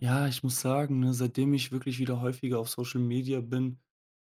Ja, ich muss sagen, ne, seitdem ich wirklich wieder häufiger auf Social Media bin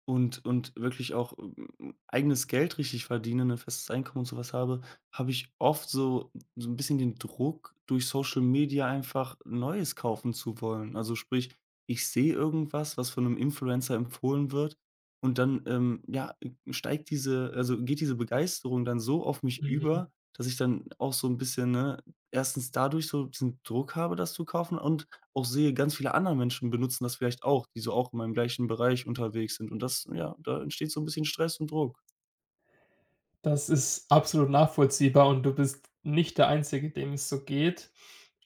und wirklich auch, eigenes Geld richtig verdiene, ein festes Einkommen und sowas habe, habe ich oft so ein bisschen den Druck, durch Social Media einfach Neues kaufen zu wollen. Also, sprich, ich sehe irgendwas, was von einem Influencer empfohlen wird und dann, ja, geht diese Begeisterung dann so auf mich über, Mhm. dass ich dann auch so ein bisschen, ne, erstens dadurch so diesen Druck habe, das zu kaufen und auch sehe, ganz viele andere Menschen benutzen das vielleicht auch, die so auch in meinem gleichen Bereich unterwegs sind. Und das ja, da entsteht so ein bisschen Stress und Druck. Das ist absolut nachvollziehbar und du bist nicht der Einzige, dem es so geht.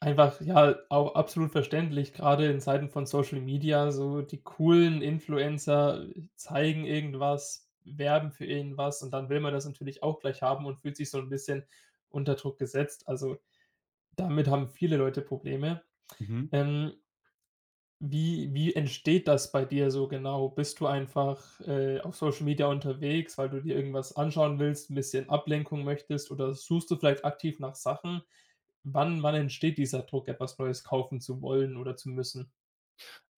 Einfach, ja, auch absolut verständlich. Gerade in Zeiten von Social Media, so die coolen Influencer zeigen irgendwas, werben für irgendwas und dann will man das natürlich auch gleich haben und fühlt sich so ein bisschen unter Druck gesetzt. Also, damit haben viele Leute Probleme. Mhm. Ähm, wie entsteht das bei dir so genau? Bist du einfach, auf Social Media unterwegs, weil du dir irgendwas anschauen willst, ein bisschen Ablenkung möchtest oder suchst du vielleicht aktiv nach Sachen? Wann entsteht dieser Druck, etwas Neues kaufen zu wollen oder zu müssen?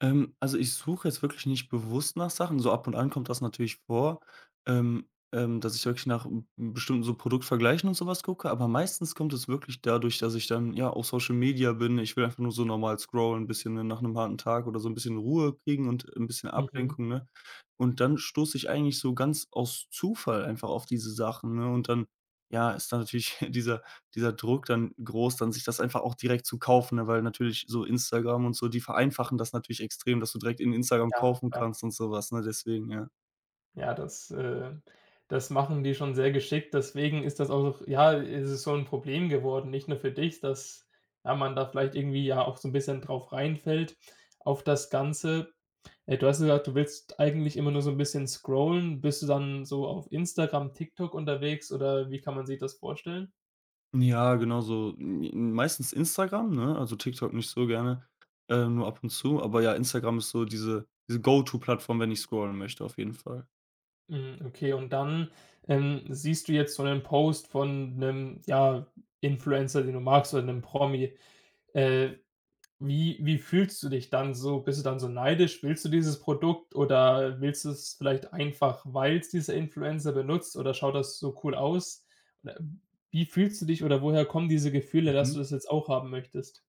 Also, ich suche jetzt wirklich nicht bewusst nach Sachen. So ab und an kommt das natürlich vor, dass ich wirklich nach b bestimmten so Produktvergleichen und sowas gucke, aber meistens kommt es wirklich dadurch, dass ich dann, ja, auf Social Media bin. Ich will einfach nur so normal scrollen, ein bisschen ne, nach einem harten Tag oder so ein bisschen Ruhe kriegen und ein bisschen Mhm, Ablenkung, ne? Und dann stoße ich eigentlich so ganz aus Zufall einfach auf diese Sachen, ne? Und dann, ja, ist da natürlich dieser Druck dann groß, dann sich das einfach auch direkt zu kaufen, ne? Weil natürlich so Instagram und so, die vereinfachen das natürlich extrem, dass du direkt in Instagram ja, kaufen klar. kannst und sowas, ne? Deswegen, ja. Ja, das machen die schon sehr geschickt. Deswegen ist das auch so, ja, ist es so ein Problem geworden, nicht nur für dich, dass, ja, man da vielleicht irgendwie ja auch so ein bisschen drauf reinfällt auf das Ganze. Du hast gesagt, du willst eigentlich immer nur so ein bisschen scrollen. Bist du dann so auf Instagram, TikTok unterwegs oder wie kann man sich das vorstellen? Ja, genau so, m meistens Instagram, ne? Also TikTok nicht so gerne, nur ab und zu. Aber ja, Instagram ist so diese Go-to-Plattform, wenn ich scrollen möchte, auf jeden Fall. Mhm, okay, und dann, siehst du jetzt so einen Post von einem, ja, Influencer, den du magst oder einem Promi. Äh, wie fühlst du dich dann so? Bist du dann so neidisch? Willst du dieses Produkt oder willst du es vielleicht einfach, weil's dieser Influencer benutzt oder schaut das so cool aus? Oder wie fühlst du dich oder woher kommen diese Gefühle, dass du Mhm. das jetzt auch haben möchtest?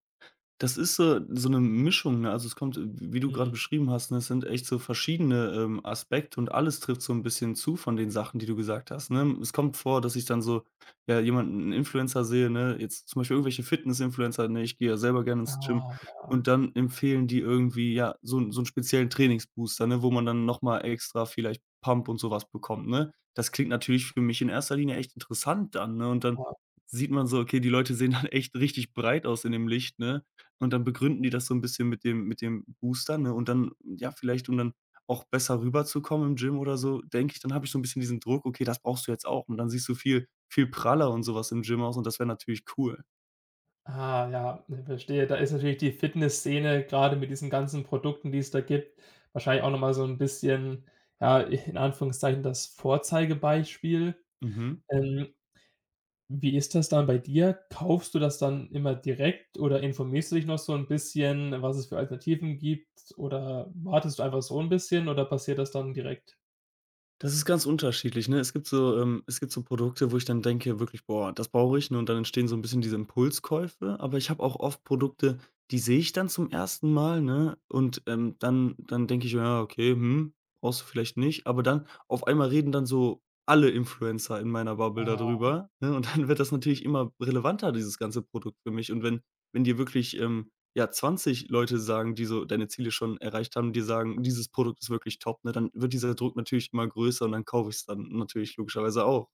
Das ist so eine Mischung, ne? Also, es kommt, w wie du gerade Mhm. beschrieben hast, ne, es sind echt so verschiedene, Aspekte, und alles trifft so ein bisschen zu von den Sachen, die du gesagt hast, ne? Es kommt vor, dass ich dann so, ja, jemanden einen Influencer sehe, ne, jetzt zum Beispiel irgendwelche Fitness-Influencer, ne, ich gehe ja selber gerne ins Gym Ah, und dann empfehlen die irgendwie, ja, so einen speziellen Trainingsbooster, ne, wo man dann noch mal extra vielleicht Pump und sowas bekommt, ne? Das klingt natürlich für mich in erster Linie echt interessant dann, ne? Und dann ja. sieht man so, okay, die Leute sehen dann echt richtig breit aus in dem Licht, ne? Und dann begründen die das so ein bisschen mit dem Booster, ne? Und dann ja, vielleicht, um dann auch besser rüberzukommen im Gym oder so, denke ich, dann habe ich so ein bisschen diesen Druck: „Okay, das brauchst du jetzt auch." Und dann siehst du viel viel praller und sowas im Gym aus und das wäre natürlich cool. Ah, ja, ne, verstehe. Da ist natürlich die Fitnessszene, gerade mit diesen ganzen Produkten, die es da gibt, wahrscheinlich auch noch mal so ein bisschen, ja, in Anführungszeichen das Vorzeigebeispiel. Mhm. Ähm, Wie ist das dann bei dir? Kaufst du das dann immer direkt oder informierst du dich noch so ein bisschen, was es für Alternativen gibt? Oder wartest du einfach so ein bisschen oder passiert das dann direkt? Das ist ganz unterschiedlich, ne? Es gibt so Produkte, wo ich dann denke wirklich: „Boah, das brauche ich", ne, und dann entstehen so ein bisschen diese Impulskäufe. Aber ich habe auch oft Produkte, die sehe ich dann zum ersten Mal, ne, und, dann denke ich: „Ja, okay, brauchst du vielleicht nicht." Aber dann auf einmal reden dann so alle Influencer in meiner Bubble darüber, ne, und dann wird das natürlich immer relevanter, dieses ganze Produkt für mich. Und wenn dir wirklich, ja, 20 Leute sagen, die so deine Ziele schon erreicht haben, die sagen: „Dieses Produkt ist wirklich top", ne, dann wird dieser Druck natürlich immer größer und dann kaufe ich es dann natürlich logischerweise auch.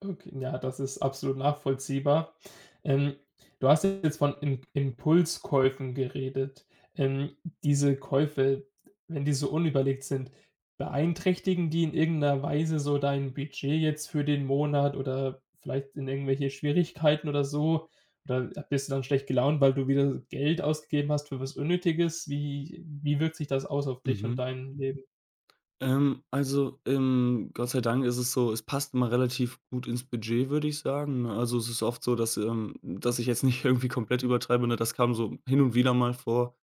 Okay, ja, das ist absolut nachvollziehbar. Ähm, Du hast jetzt von Im Impulskäufen geredet. Ähm, Diese Käufe, wenn die so unüberlegt sind, beeinträchtigen die in irgendeiner Weise so dein Budget jetzt für den Monat oder vielleicht in irgendwelche Schwierigkeiten oder so? Oder bist du dann schlecht gelaunt, weil du wieder Geld ausgegeben hast für was Unnötiges? Wie wirkt sich das aus auf dich und Mhm. dein Leben? Also, Gott sei Dank ist es so, es passt immer relativ gut ins Budget, würde ich sagen, ne? Also, es ist oft so, dass ich jetzt nicht irgendwie komplett übertreibe, ne? Das kam so hin und wieder mal vor,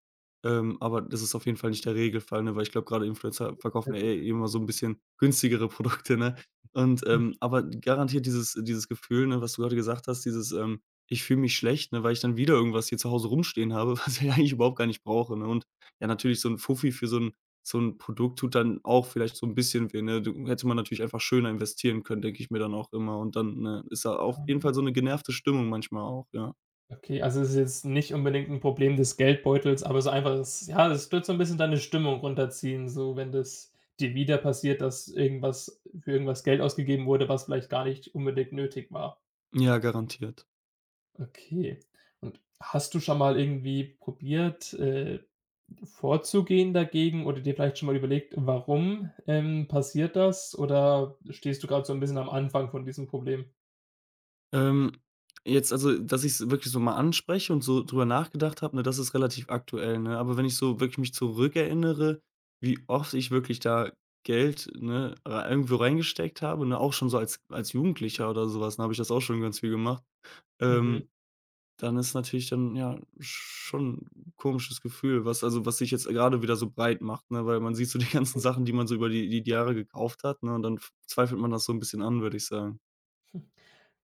aber das ist auf jeden Fall nicht der Regelfall, ne? Weil ich glaube, gerade Influencer Ja verkaufen ja gut. eh immer so ein bisschen günstigere Produkte, ne? Und, aber garantiert dieses Gefühl, ne, was du gerade gesagt hast, dieses: „Ich fühle mich schlecht, ne, weil ich dann wieder irgendwas hier zu Hause rumstehen habe, was ich eigentlich überhaupt gar nicht brauche", ne? Und ja, natürlich so ein Fuffi für so 'n Produkt tut dann auch vielleicht so 'n bisschen weh, ne? Du hätte man natürlich einfach schöner investieren können, denke ich mir dann auch immer. Und dann, ne, ist da auf jeden Mhm. Fall so 'ne genervte Stimmung manchmal auch, ja. Okay, also es ist jetzt nicht unbedingt ein Problem des Geldbeutels, aber so einfach es, ja, es wird so ein bisschen deine Stimmung runterziehen, so wenn das dir wieder passiert, dass irgendwas für irgendwas Geld ausgegeben wurde, was vielleicht gar nicht unbedingt nötig war. Ja, garantiert. Okay. Und hast du schon mal irgendwie probiert, vorzugehen dagegen oder dir vielleicht schon mal überlegt, warum, passiert das? Oder stehst du gerade so ein bisschen am Anfang von diesem Problem? Ähm, jetzt also, dass ich's wirklich so mal anspreche und so drüber nachgedacht habe, ne, das ist relativ aktuell, ne? Aber wenn ich so wirklich mich zurückerinnere, wie oft ich wirklich da Geld, ne, rei irgendwo reingesteckt habe, ne, auch schon so als Jugendlicher oder so was, ne, habe ich das auch schon ganz viel gemacht. Mhm. Ähm Dann ist natürlich dann, ja, schon 'n komisches Gefühl, was sich jetzt gerade wieder so breit macht, ne? Weil man sieht so die ganzen Sachen, die man so über die Jahre gekauft hat, ne, und dann f zweifelt man das so ein bisschen an, würde ich sagen.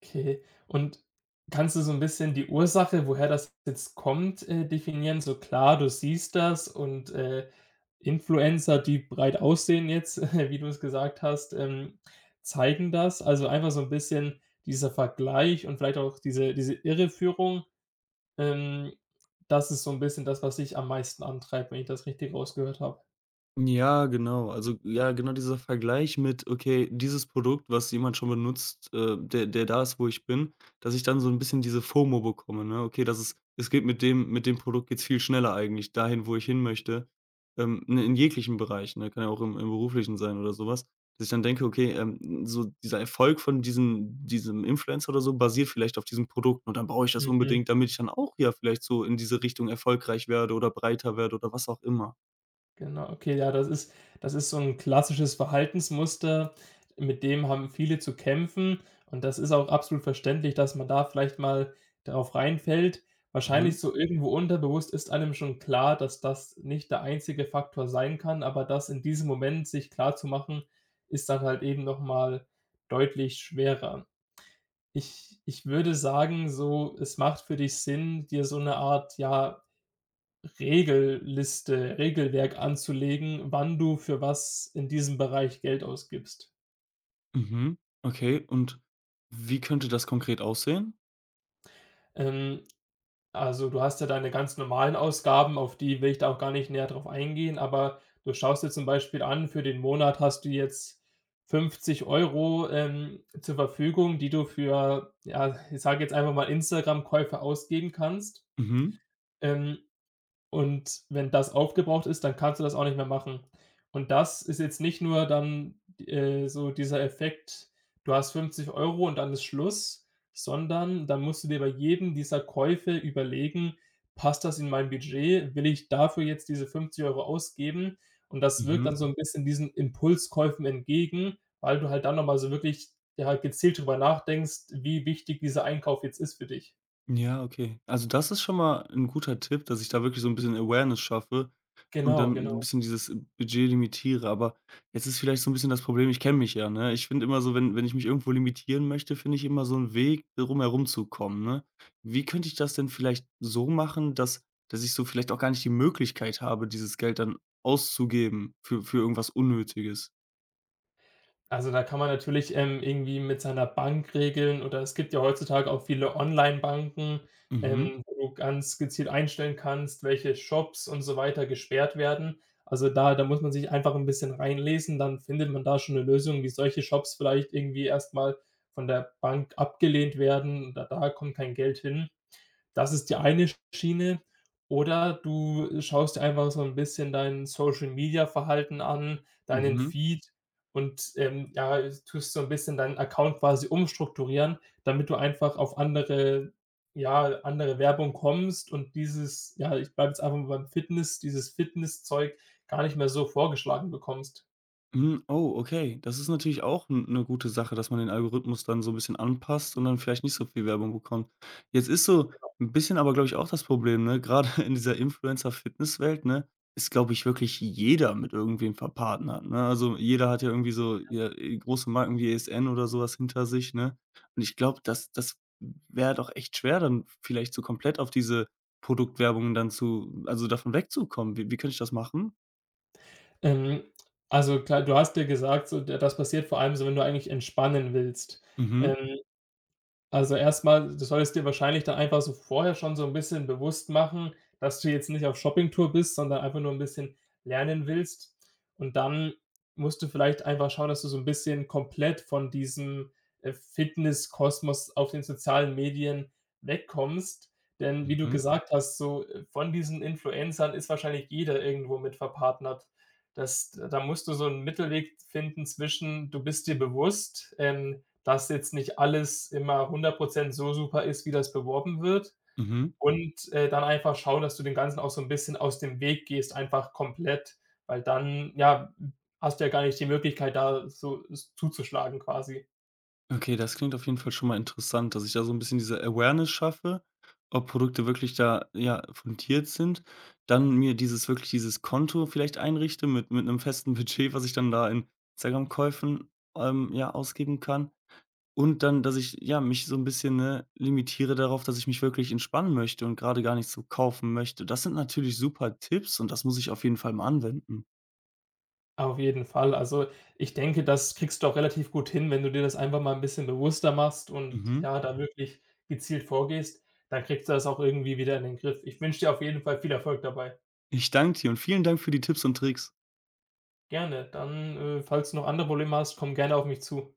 Okay. Und kannst du so ein bisschen die Ursache, woher das jetzt kommt, definieren? So klar, du siehst das und, Influencer, die breit aussehen jetzt, wie du es gesagt hast, zeigen das. Also, einfach so ein bisschen dieser Vergleich und vielleicht auch diese Irreführung, ähm, das ist so ein bisschen das, was dich am meisten antreibt, wenn ich das richtig rausgehört Ja, genau. Also, ja, genau dieser Vergleich mit, okay, dieses Produkt, was jemand schon benutzt, der da ist, wo ich bin, dass ich dann so ein bisschen diese FOMO bekomme, ne? Okay, das ist es geht, mit dem Produkt geht's viel schneller eigentlich dahin, wo ich hin möchte, in jeglichen Bereichen, ne? Kann ja auch im Beruflichen sein oder sowas. Dass ich dann denke, okay, so dieser Erfolg von diesem Influencer oder so basiert vielleicht auf diesem Produkt und dann brauche ich das habe. unbedingt, damit ich dann auch ja vielleicht so in diese Richtung erfolgreich werde oder breiter werde oder was auch immer. Genau, okay, ja, das ist so ein klassisches Verhaltensmuster, mit dem haben viele zu kämpfen und das ist auch absolut verständlich, dass man da vielleicht mal darauf reinfällt. Wahrscheinlich Mhm. so irgendwo unterbewusst ist einem schon klar, dass das nicht der einzige Faktor sein kann, aber das in diesem Moment sich klar zu machen, ist dann halt eben noch mal deutlich schwerer. Ich würde sagen, so, es macht für dich Sinn, dir so eine Art, ja, Regelliste, Regelwerk anzulegen, wann du für was in diesem Bereich Geld ausgibst. Mhm. Okay, und wie könnte das konkret aussehen? Ähm, also, du hast ja deine ganz normalen Ausgaben, auf die will ich da auch gar nicht näher drauf eingehen, aber du schaust dir zum Beispiel an, für den Monat hast du jetzt 50 Euro zur Verfügung, die du für, ja, ich sage jetzt einfach mal Instagram-Käufe ausgeben kannst. Mhm. Ähm, Und wenn das aufgebraucht ist, dann kannst du das auch nicht mehr machen. Und das ist jetzt nicht nur dann, so dieser Effekt, du hast 50 Euro und dann ist Schluss, sondern dann musst du dir bei jedem dieser Käufe überlegen: „Passt das in mein Budget? Will ich dafür jetzt diese 50 Euro ausgeben?“ Und das wirkt dann Mhm. so ein bisschen diesen Impulskäufen entgegen, weil du halt dann nochmal so wirklich, ja, gezielt drüber nachdenkst, wie wichtig dieser Einkauf jetzt ist für dich. Ja, okay. Also, das ist schon mal ein guter Tipp, dass ich da wirklich so ein bisschen Awareness schaffe und Genau, dann so ein genau. bisschen dieses Budget limitiere. Aber jetzt ist vielleicht so ein bisschen das Problem, ich kenne mich ja, ne? Ich finde immer so, wenn ich mich irgendwo limitieren möchte, finde ich immer so einen Weg, drum herum zu kommen, ne? Wie könnte ich das denn vielleicht so machen, dass ich so vielleicht auch gar nicht die Möglichkeit habe, dieses Geld dann auszugeben für irgendwas Unnötiges? Also, da kann man natürlich, irgendwie mit seiner Bank regeln oder es gibt ja heutzutage auch viele Online-Banken, Mhm. Wo du ganz gezielt einstellen kannst, welche Shops und so weiter gesperrt werden. Also, da muss man sich einfach ein bisschen reinlesen, dann findet man da schon eine Lösung, wie solche Shops vielleicht irgendwie erstmal von der Bank abgelehnt werden, da kommt kein Geld hin. Das ist die eine Schiene. Oder du schaust dir einfach so 'n bisschen dein Social-Media-Verhalten an, deinen Mhm. Feed und, ja, tust so 'n bisschen deinen Account quasi umstrukturieren, damit du einfach auf andere, ja, andere Werbung kommst und dieses, ja, ich bleibe jetzt einfach mal beim Fitness, dieses Fitnesszeug gar nicht mehr so vorgeschlagen bekommst. Hm, oh, okay. Das ist natürlich auch 'n 'ne gute Sache, dass man den Algorithmus dann so 'n bisschen anpasst und dann vielleicht nicht so viel Werbung bekommt. Jetzt ist so 'n bisschen aber, glaube ich, auch das Problem, ne, grade in dieser Influencer-Fitness-Welt, ne, ist, glaube ich, wirklich jeder mit irgendwem verpartnert, ne? Also, jeder hat ja irgendwie so, ja, große Marken wie ESN oder so was hinter sich, ne? Und ich glaube, das wäre doch echt schwer, dann vielleicht so komplett auf diese Produktwerbung dann zu also davon wegzukommen. Wie könnte ich das machen? Ähm, also klar, du hast ja gesagt, so, d das passiert vor allem so, wenn du eigentlich entspannen willst. Mhm. Ähm Also, erstmal, du solltest dir wahrscheinlich dann einfach so vorher schon so ein bisschen bewusst machen, dass du jetzt nicht auf Shoppingtour bist, sondern einfach nur ein bisschen lernen willst. Und dann musst du vielleicht einfach schauen, dass du so ein bisschen komplett von diesem Fitnesskosmos auf den sozialen Medien wegkommst. Denn wie du Mhm. gesagt hast, so, von diesen Influencern ist wahrscheinlich jeder irgendwo mit verpartnert. Das, da musst du so 'n Mittelweg finden zwischen, du bist dir bewusst, dass jetzt nicht alles immer 100 so super ist, wie das beworben wird Mhm. und, dann einfach schauen, dass du dem Ganzen auch so ein bisschen aus dem Weg gehst, einfach komplett, weil dann, ja, hast du ja gar nicht die Möglichkeit, da so s zuzuschlagen quasi. Okay, das klingt auf jeden Fall schon mal interessant, dass ich da so ein bisschen diese Awareness schaffe, ob Produkte wirklich da, ja, fundiert sind. Dann mir dieses Konto vielleicht einrichte mit 'nem festen Budget, was ich dann da in Instagram-Käufen, ja, ausgeben kann. Und dann, dass ich, ja, mich so 'n bisschen, ne, limitiere darauf, dass ich mich wirklich entspannen möchte und grade gar nichts so kaufen möchte. Das sind natürlich super Tipps und das muss ich auf jeden Fall mal anwenden. Auf jeden Fall. Also, ich denke, das kriegst du auch relativ gut hin, wenn du dir das einfach mal ein bisschen bewusster machst und, Mhm. ja, da wirklich gezielt vorgehst, dann kriegst du das auch irgendwie wieder in den Griff. Ich wünsche dir auf jeden Fall viel Erfolg dabei. Ich danke dir und vielen Dank für die Tipps und Tricks. Gerne. Dann, falls du noch andere Probleme hast, komm gerne auf mich zu.